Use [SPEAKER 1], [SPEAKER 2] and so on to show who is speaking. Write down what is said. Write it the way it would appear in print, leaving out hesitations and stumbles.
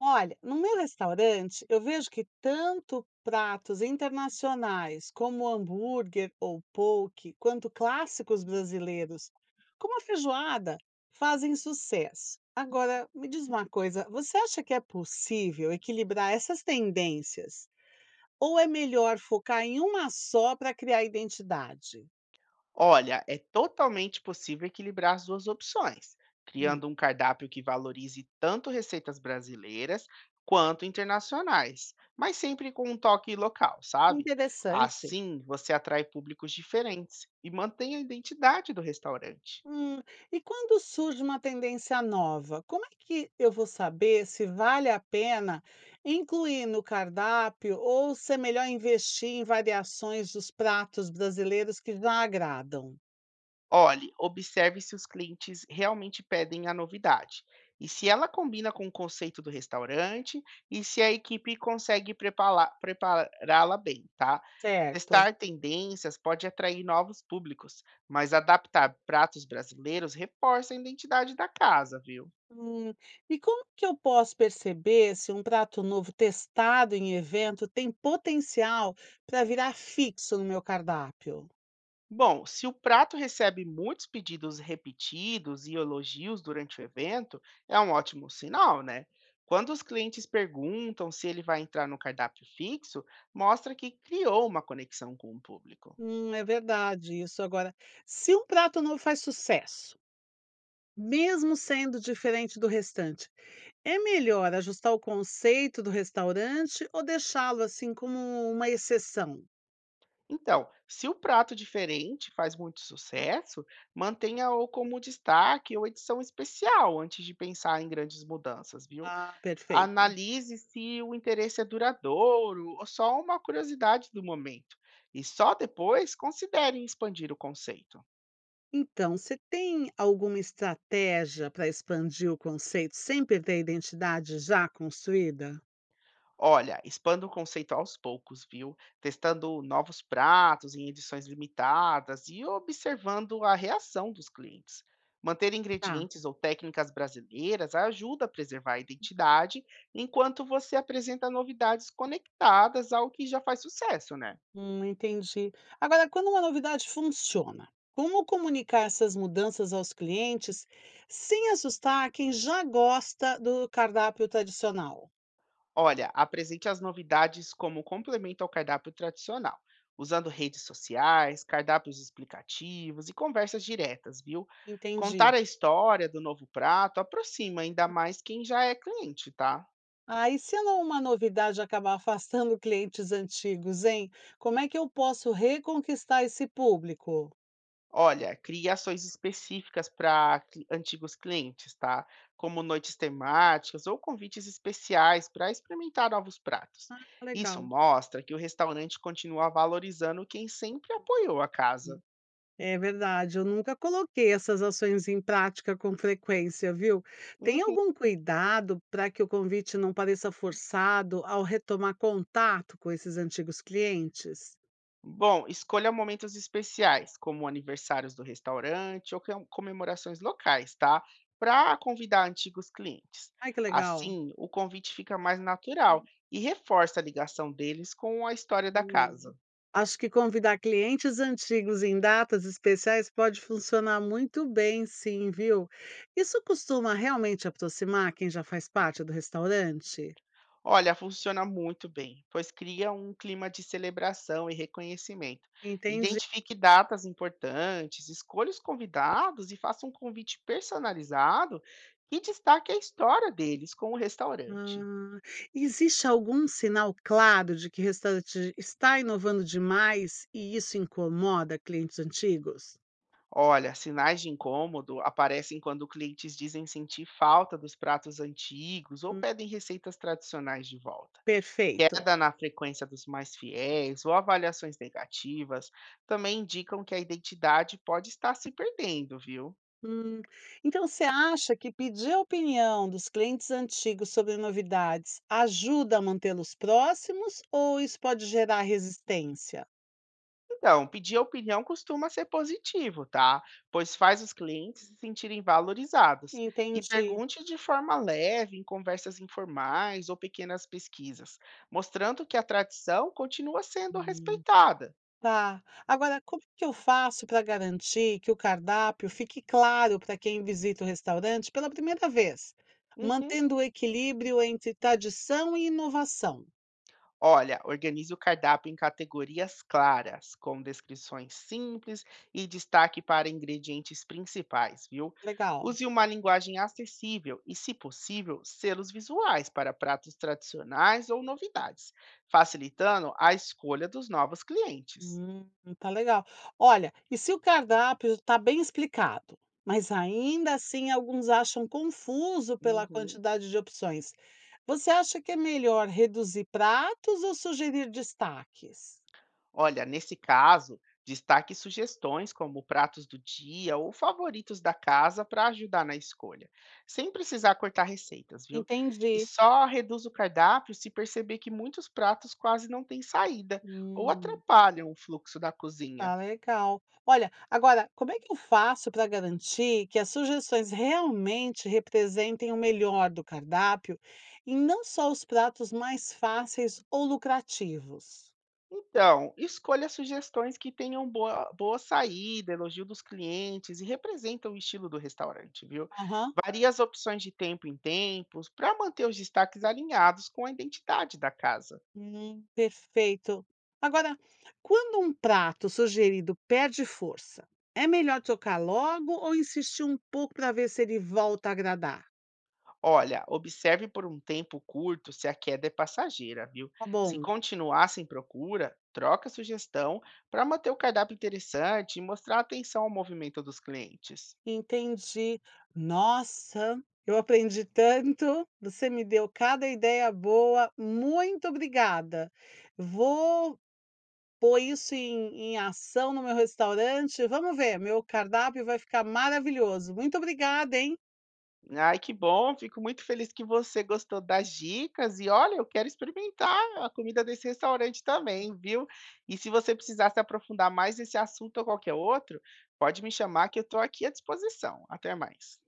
[SPEAKER 1] Olha, no meu restaurante, eu vejo que tanto pratos internacionais como hambúrguer ou poke, quanto clássicos brasileiros, como a feijoada, fazem sucesso. Agora, me diz uma coisa, você acha que é possível equilibrar essas tendências? Ou é melhor focar em uma só para criar identidade?
[SPEAKER 2] Olha, é totalmente possível equilibrar as duas opções,
[SPEAKER 1] Hum,
[SPEAKER 2] criando um cardápio que valorize tanto receitas brasileiras quanto internacionais, mas sempre com um toque local, sabe?
[SPEAKER 1] interessante.
[SPEAKER 2] Assim, você atrai públicos diferentes e mantém a identidade do restaurante.
[SPEAKER 1] Hum, e quando surge uma tendência nova, como é que eu vou saber se vale a pena incluir no cardápio ou se é melhor investir em variações dos pratos brasileiros que já agradam,
[SPEAKER 2] Olhe, observe se os clientes realmente pedem a novidade e se ela combina com o conceito do restaurante e se a equipe consegue prepará-la bem, tá?
[SPEAKER 1] certo?
[SPEAKER 2] Testar tendências pode atrair novos públicos, mas adaptar pratos brasileiros reforça a identidade da casa, viu?
[SPEAKER 1] Hum, e como que eu posso perceber se um prato novo testado em evento tem potencial para virar fixo no meu cardápio?
[SPEAKER 2] Bom, se o prato recebe muitos pedidos repetidos e elogios durante o evento, é um ótimo sinal, né? Quando os clientes perguntam se ele vai entrar no cardápio fixo, mostra que criou uma conexão com o público.
[SPEAKER 1] É verdade isso. Agora, se um prato novo faz sucesso, mesmo sendo diferente do restante, é melhor ajustar o conceito do restaurante ou deixá-lo assim como uma exceção?
[SPEAKER 2] Então, se o prato diferente faz muito sucesso, mantenha-o como destaque ou edição especial antes de pensar em grandes mudanças, viu?
[SPEAKER 1] Ah, perfeito.
[SPEAKER 2] Analise se o interesse é duradouro ou só uma curiosidade do momento, e só depois considere expandir o conceito.
[SPEAKER 1] Então, você tem alguma estratégia para expandir o conceito sem perder a identidade já construída?
[SPEAKER 2] Olha, expanda o conceito aos poucos, viu? Testando novos pratos em edições limitadas e observando a reação dos clientes. Manter
[SPEAKER 1] Tá,
[SPEAKER 2] ingredientes ou técnicas brasileiras ajuda a preservar a identidade, enquanto você apresenta novidades conectadas ao que já faz sucesso, né?
[SPEAKER 1] entendi. Agora, quando uma novidade funciona, como comunicar essas mudanças aos clientes sem assustar quem já gosta do cardápio tradicional?
[SPEAKER 2] Olha, apresente as novidades como complemento ao cardápio tradicional, usando redes sociais, cardápios explicativos e conversas diretas, viu? Contar
[SPEAKER 1] Entendi.
[SPEAKER 2] a história do novo prato aproxima ainda mais quem já é cliente, tá?
[SPEAKER 1] Ah, e se não uma novidade acabar afastando clientes antigos, hein? Como é que eu posso reconquistar esse público?
[SPEAKER 2] Olha, crie ações específicas para antigos clientes, tá? Como noites temáticas ou convites especiais para experimentar novos pratos. Isso
[SPEAKER 1] Legal.
[SPEAKER 2] mostra que o restaurante continua valorizando quem sempre apoiou a casa.
[SPEAKER 1] É verdade, eu nunca coloquei essas ações em prática com frequência, viu? Tem
[SPEAKER 2] Uhum.
[SPEAKER 1] algum cuidado para que o convite não pareça forçado ao retomar contato com esses antigos clientes?
[SPEAKER 2] Bom, escolha momentos especiais, como aniversários do restaurante ou comemorações locais, tá? Para convidar antigos clientes.
[SPEAKER 1] Ai, que legal.
[SPEAKER 2] Assim, o convite fica mais natural e reforça a ligação deles com a história da casa.
[SPEAKER 1] Acho que convidar clientes antigos em datas especiais pode funcionar muito bem, sim, viu? Isso costuma realmente aproximar quem já faz parte do restaurante?
[SPEAKER 2] Olha, funciona muito bem, pois cria um clima de celebração e reconhecimento.
[SPEAKER 1] Entendi.
[SPEAKER 2] Identifique datas importantes, escolha os convidados e faça um convite personalizado que destaque a história deles com o restaurante.
[SPEAKER 1] Ah, existe algum sinal claro de que o restaurante está inovando demais e isso incomoda clientes antigos?
[SPEAKER 2] Olha, sinais de incômodo aparecem quando clientes dizem sentir falta dos pratos antigos ou
[SPEAKER 1] Hum,
[SPEAKER 2] pedem receitas tradicionais de volta.
[SPEAKER 1] Perfeito.
[SPEAKER 2] Queda na frequência dos mais fiéis ou avaliações negativas também indicam que a identidade pode estar se perdendo, viu?
[SPEAKER 1] Hum, então você acha que pedir a opinião dos clientes antigos sobre novidades ajuda a mantê-los próximos ou isso pode gerar resistência?
[SPEAKER 2] Então, pedir opinião costuma ser positivo, tá? Pois faz os clientes se sentirem valorizados. E
[SPEAKER 1] Entendi.
[SPEAKER 2] pergunte de forma leve, em conversas informais ou pequenas pesquisas, mostrando que a tradição continua sendo
[SPEAKER 1] Hum,
[SPEAKER 2] respeitada.
[SPEAKER 1] tá. Agora, como que eu faço para garantir que o cardápio fique claro para quem visita o restaurante pela primeira vez,
[SPEAKER 2] Uhum.
[SPEAKER 1] mantendo o equilíbrio entre tradição e inovação?
[SPEAKER 2] Olha, organize o cardápio em categorias claras, com descrições simples e destaque para ingredientes principais, viu?
[SPEAKER 1] Legal.
[SPEAKER 2] Use uma linguagem acessível e, se possível, selos visuais para pratos tradicionais ou novidades, facilitando a escolha dos novos clientes.
[SPEAKER 1] Hum, tá legal. Olha, e se o cardápio está bem explicado, mas ainda assim alguns acham confuso pela
[SPEAKER 2] Uhum.
[SPEAKER 1] quantidade de opções, você acha que é melhor reduzir pratos ou sugerir destaques?
[SPEAKER 2] Olha, nesse caso, destaque sugestões como pratos do dia ou favoritos da casa para ajudar na escolha, sem precisar cortar receitas, viu? E
[SPEAKER 1] Entendi.
[SPEAKER 2] só reduz o cardápio se perceber que muitos pratos quase não têm saída ou
[SPEAKER 1] Hum,
[SPEAKER 2] atrapalham o fluxo da
[SPEAKER 1] tá
[SPEAKER 2] cozinha.
[SPEAKER 1] legal. Olha, agora, como é que eu faço para garantir que as sugestões realmente representem o melhor do cardápio e não só os pratos mais fáceis ou lucrativos?
[SPEAKER 2] Então, escolha sugestões que tenham boa saída, elogio dos clientes e representam o estilo do restaurante, viu?
[SPEAKER 1] Aham.
[SPEAKER 2] Varia as opções de tempo em tempos para manter os destaques alinhados com a identidade da casa.
[SPEAKER 1] Perfeito. Agora, quando um prato sugerido perde força, é melhor trocar logo ou insistir um pouco para ver se ele volta a agradar?
[SPEAKER 2] Olha, observe por um tempo curto se a queda é passageira, viu?
[SPEAKER 1] Tá
[SPEAKER 2] Se
[SPEAKER 1] bom,
[SPEAKER 2] continuar sem procura, troca a sugestão para manter o cardápio interessante e mostrar atenção ao movimento dos clientes.
[SPEAKER 1] entendi. Nossa, eu aprendi tanto. Você me deu cada ideia boa. Muito obrigada. Vou pôr isso em ação no meu restaurante. Vamos ver, meu cardápio vai ficar maravilhoso. Muito obrigada, hein?
[SPEAKER 2] Ai, que bom, fico muito feliz que você gostou das dicas e olha, eu quero experimentar a comida desse restaurante também, viu? E se você precisar se aprofundar mais nesse assunto ou qualquer outro, pode me chamar que eu estou aqui à disposição. Até mais.